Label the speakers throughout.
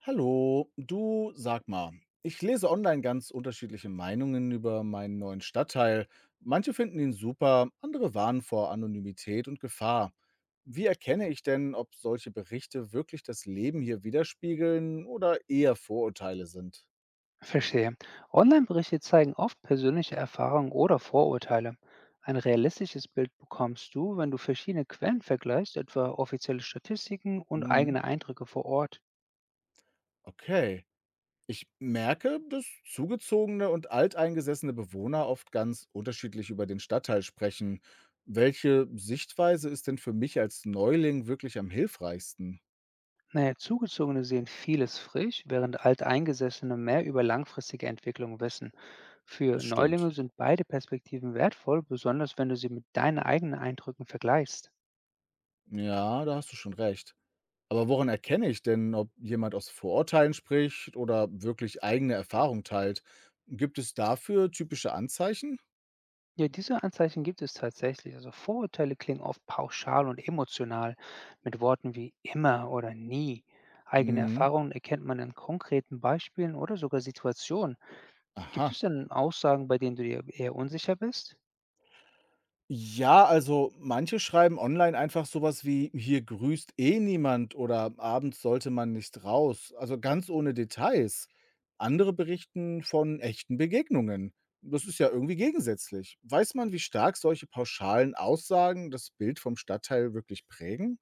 Speaker 1: Hallo, du, sag mal, ich lese online ganz unterschiedliche Meinungen über meinen neuen Stadtteil. Manche finden ihn super, andere warnen vor Anonymität und Gefahr. Wie erkenne ich denn, ob solche Berichte wirklich das Leben hier widerspiegeln oder eher Vorurteile sind?
Speaker 2: Verstehe. Online-Berichte zeigen oft persönliche Erfahrungen oder Vorurteile. Ein realistisches Bild bekommst du, wenn du verschiedene Quellen vergleichst, etwa offizielle Statistiken und
Speaker 1: Hm,
Speaker 2: eigene Eindrücke vor Ort.
Speaker 1: okay. Ich merke, dass zugezogene und alteingesessene Bewohner oft ganz unterschiedlich über den Stadtteil sprechen. Welche Sichtweise ist denn für mich als Neuling wirklich am hilfreichsten?
Speaker 2: Naja, Zugezogene sehen vieles frisch, während Alteingesessene mehr über langfristige Entwicklung wissen. Für
Speaker 1: Das
Speaker 2: Neulinge
Speaker 1: stimmt.
Speaker 2: sind beide Perspektiven wertvoll, besonders wenn du sie mit deinen eigenen Eindrücken vergleichst.
Speaker 1: Ja, da hast du schon recht. Aber woran erkenne ich denn, ob jemand aus Vorurteilen spricht oder wirklich eigene Erfahrung teilt? Gibt es dafür typische Anzeichen?
Speaker 2: Ja, diese Anzeichen gibt es tatsächlich. Also Vorurteile klingen oft pauschal und emotional mit Worten wie immer oder nie. Eigene
Speaker 1: Mhm.
Speaker 2: Erfahrungen erkennt man an konkreten Beispielen oder sogar Situationen. Gibt
Speaker 1: Aha.
Speaker 2: es denn Aussagen, bei denen du dir eher unsicher bist?
Speaker 1: Ja, also manche schreiben online einfach sowas wie: „Hier grüßt eh niemand" oder „Abends sollte man nicht raus", also ganz ohne Details. Andere berichten von echten Begegnungen. Das ist ja irgendwie gegensätzlich. Weiß man, wie stark solche pauschalen Aussagen das Bild vom Stadtteil wirklich prägen?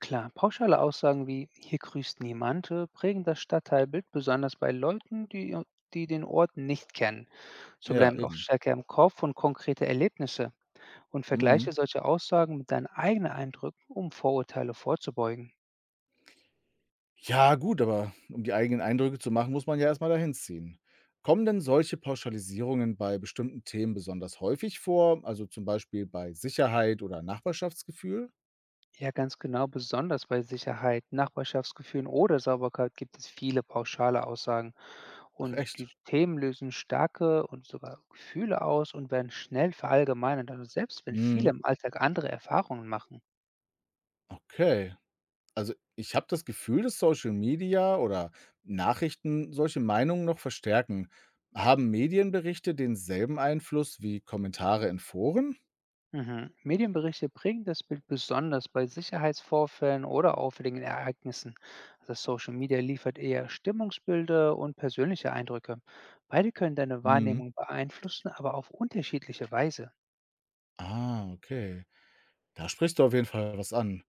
Speaker 2: Klar, pauschale Aussagen wie hier grüßt niemand prägen das Stadtteilbild, besonders bei Leuten, die, die den Ort nicht kennen. So
Speaker 1: Ja,
Speaker 2: bleiben oft
Speaker 1: eben.
Speaker 2: stärker im Kopf und konkrete Erlebnisse und vergleiche
Speaker 1: Mhm.
Speaker 2: solche Aussagen mit deinen eigenen Eindrücken, um Vorurteile vorzubeugen.
Speaker 1: Ja gut, aber um die eigenen Eindrücke zu machen, muss man ja erst mal dahin ziehen. Kommen denn solche Pauschalisierungen bei bestimmten Themen besonders häufig vor, also zum Beispiel bei Sicherheit oder Nachbarschaftsgefühl?
Speaker 2: Ja, ganz genau, besonders bei Sicherheit, Nachbarschaftsgefühlen oder Sauberkeit gibt es viele pauschale Aussagen
Speaker 1: Ach
Speaker 2: und die
Speaker 1: echt?
Speaker 2: Themen lösen starke und sogar Gefühle aus und werden schnell verallgemeinert, also selbst wenn viele
Speaker 1: Mhm,
Speaker 2: im Alltag andere Erfahrungen machen.
Speaker 1: okay. Also ich habe das Gefühl, dass Social Media oder Nachrichten solche Meinungen noch verstärken. Haben Medienberichte denselben Einfluss wie Kommentare in Foren?
Speaker 2: Mhm. Medienberichte prägen das Bild besonders bei Sicherheitsvorfällen oder auffälligen Ereignissen. Das Social Media liefert eher Stimmungsbilder und persönliche Eindrücke. Beide können deine
Speaker 1: Mhm.
Speaker 2: Wahrnehmung beeinflussen, aber auf unterschiedliche Weise.
Speaker 1: Ah, okay. Da sprichst du auf jeden Fall was an.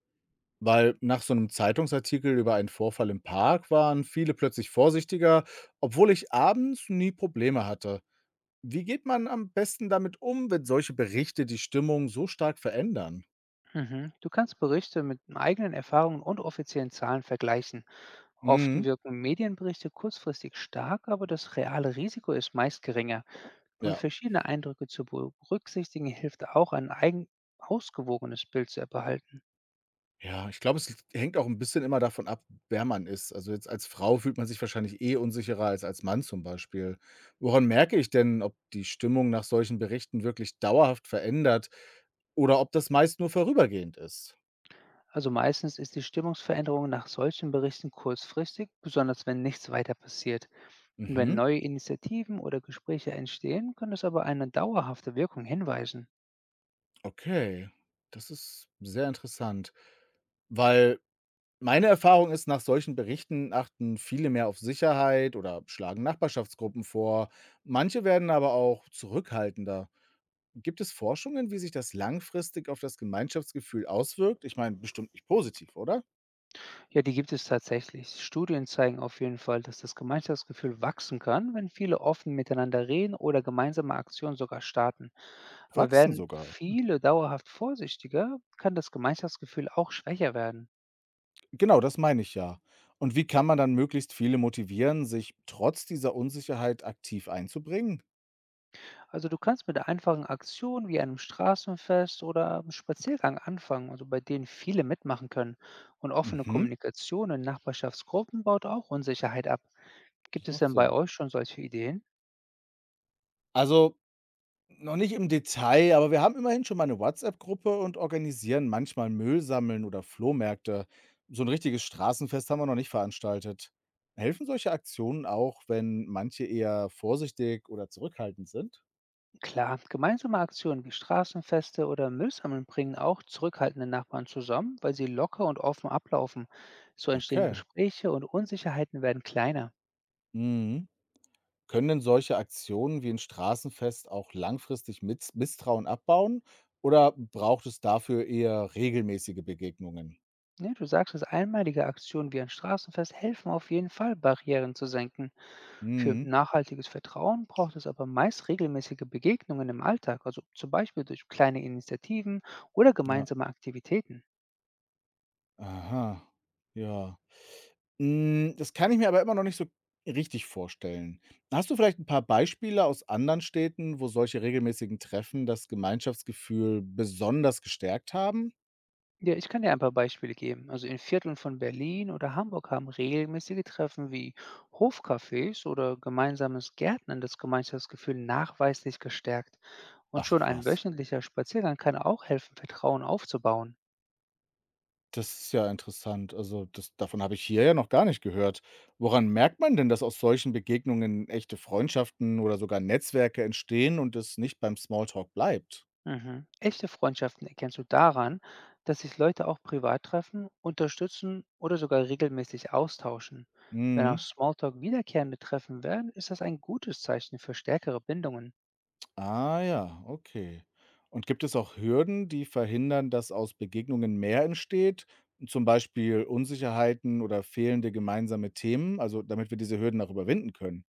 Speaker 1: Weil nach so einem Zeitungsartikel über einen Vorfall im Park waren viele plötzlich vorsichtiger, obwohl ich abends nie Probleme hatte. Wie geht man am besten damit um, wenn solche Berichte die Stimmung so stark verändern?
Speaker 2: Mhm. Du kannst Berichte mit eigenen Erfahrungen und offiziellen Zahlen vergleichen. Oft
Speaker 1: Mhm,
Speaker 2: wirken Medienberichte kurzfristig stark, aber das reale Risiko ist meist geringer. Und
Speaker 1: ja.
Speaker 2: verschiedene Eindrücke zu berücksichtigen hilft auch, ein eigen ausgewogenes Bild zu erhalten.
Speaker 1: Ja, ich glaube, es hängt auch ein bisschen immer davon ab, wer man ist. Also, jetzt als Frau fühlt man sich wahrscheinlich eh unsicherer als Mann zum Beispiel. Woran merke ich denn, ob die Stimmung nach solchen Berichten wirklich dauerhaft verändert oder ob das meist nur vorübergehend ist?
Speaker 2: Also meistens ist die Stimmungsveränderung nach solchen Berichten kurzfristig, besonders wenn nichts weiter passiert. Und wenn
Speaker 1: Mhm.
Speaker 2: neue Initiativen oder Gespräche entstehen, kann es aber eine dauerhafte Wirkung hinweisen.
Speaker 1: Okay, das ist sehr interessant, weil meine Erfahrung ist, nach solchen Berichten achten viele mehr auf Sicherheit oder schlagen Nachbarschaftsgruppen vor. Manche werden aber auch zurückhaltender. Gibt es Forschungen, wie sich das langfristig auf das Gemeinschaftsgefühl auswirkt? Ich meine, bestimmt nicht positiv, oder?
Speaker 2: Ja, die gibt es tatsächlich. Studien zeigen auf jeden Fall, dass das Gemeinschaftsgefühl wachsen kann, wenn viele offen miteinander reden oder gemeinsame Aktionen sogar starten. Aber
Speaker 1: Wachsen
Speaker 2: werden
Speaker 1: sogar.
Speaker 2: viele dauerhaft vorsichtiger, kann das Gemeinschaftsgefühl auch schwächer werden.
Speaker 1: Genau, das meine ich ja. Und wie kann man dann möglichst viele motivieren, sich trotz dieser Unsicherheit aktiv einzubringen?
Speaker 2: Also du kannst mit einfachen Aktionen wie einem Straßenfest oder einem Spaziergang anfangen, also bei denen viele mitmachen können. Und offene
Speaker 1: Mhm,
Speaker 2: Kommunikation in Nachbarschaftsgruppen baut auch Unsicherheit ab. Gibt
Speaker 1: das
Speaker 2: es
Speaker 1: macht
Speaker 2: denn bei
Speaker 1: Sinn.
Speaker 2: euch schon solche Ideen?
Speaker 1: Also, noch nicht im Detail, aber wir haben immerhin schon mal eine WhatsApp-Gruppe und organisieren manchmal Müllsammeln oder Flohmärkte. So ein richtiges Straßenfest haben wir noch nicht veranstaltet. Helfen solche Aktionen auch, wenn manche eher vorsichtig oder zurückhaltend sind?
Speaker 2: Klar, gemeinsame Aktionen wie Straßenfeste oder Müllsammeln bringen auch zurückhaltende Nachbarn zusammen, weil sie locker und offen ablaufen. So entstehen
Speaker 1: Okay.
Speaker 2: Gespräche und Unsicherheiten werden kleiner.
Speaker 1: Mhm. Können denn solche Aktionen wie ein Straßenfest auch langfristig Mitz Misstrauen abbauen oder braucht es dafür eher regelmäßige Begegnungen?
Speaker 2: Ja, du sagst es, einmalige Aktionen wie ein Straßenfest helfen auf jeden Fall, Barrieren zu senken. Für
Speaker 1: Mhm.
Speaker 2: nachhaltiges Vertrauen braucht es aber meist regelmäßige Begegnungen im Alltag, also zum Beispiel durch kleine Initiativen oder
Speaker 1: Ja.
Speaker 2: gemeinsame Aktivitäten.
Speaker 1: Aha. Ja. Hm, das kann ich mir aber immer noch nicht so richtig vorstellen. Hast du vielleicht ein paar Beispiele aus anderen Städten, wo solche regelmäßigen Treffen das Gemeinschaftsgefühl besonders gestärkt haben?
Speaker 2: Ja, ich kann dir ein paar Beispiele geben. Also in Vierteln von Berlin oder Hamburg haben regelmäßige Treffen wie Hofcafés oder gemeinsames Gärtnern das Gemeinschaftsgefühl nachweislich gestärkt. Und
Speaker 1: Ach
Speaker 2: schon ein
Speaker 1: was,
Speaker 2: wöchentlicher Spaziergang kann auch helfen, Vertrauen aufzubauen.
Speaker 1: das ist ja interessant. Also, das davon habe ich hier ja noch gar nicht gehört. Woran merkt man denn, dass aus solchen Begegnungen echte Freundschaften oder sogar Netzwerke entstehen und es nicht beim Small Talk bleibt?
Speaker 2: Mhm. Echte Freundschaften erkennst du daran, dass sich Leute auch privat treffen, unterstützen oder sogar regelmäßig austauschen. Wenn
Speaker 1: Mhm.
Speaker 2: aus Smalltalk wiederkehrende Treffen werden, ist das ein gutes Zeichen für stärkere Bindungen.
Speaker 1: Ah ja, okay. Und gibt es auch Hürden, die verhindern, dass aus Begegnungen mehr entsteht, zum Beispiel Unsicherheiten oder fehlende gemeinsame Themen, also damit wir diese Hürden auch überwinden können?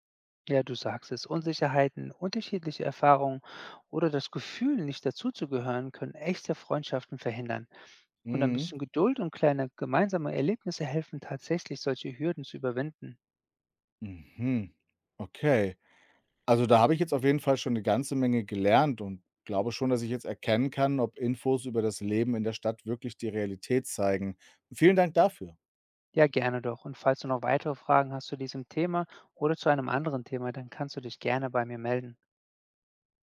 Speaker 2: Ja, du sagst es. Unsicherheiten, unterschiedliche Erfahrungen oder das Gefühl, nicht dazuzugehören, können echte Freundschaften verhindern. Und ein
Speaker 1: Mhm.
Speaker 2: bisschen Geduld und kleine gemeinsame Erlebnisse helfen tatsächlich, solche Hürden zu überwinden.
Speaker 1: Mhm. Okay. Also da habe ich jetzt auf jeden Fall schon eine ganze Menge gelernt und glaube schon, dass ich jetzt erkennen kann, ob Infos über das Leben in der Stadt wirklich die Realität zeigen. Vielen Dank dafür.
Speaker 2: Ja, gerne doch. Und falls du noch weitere Fragen hast zu diesem Thema oder zu einem anderen Thema, dann kannst du dich gerne bei mir melden.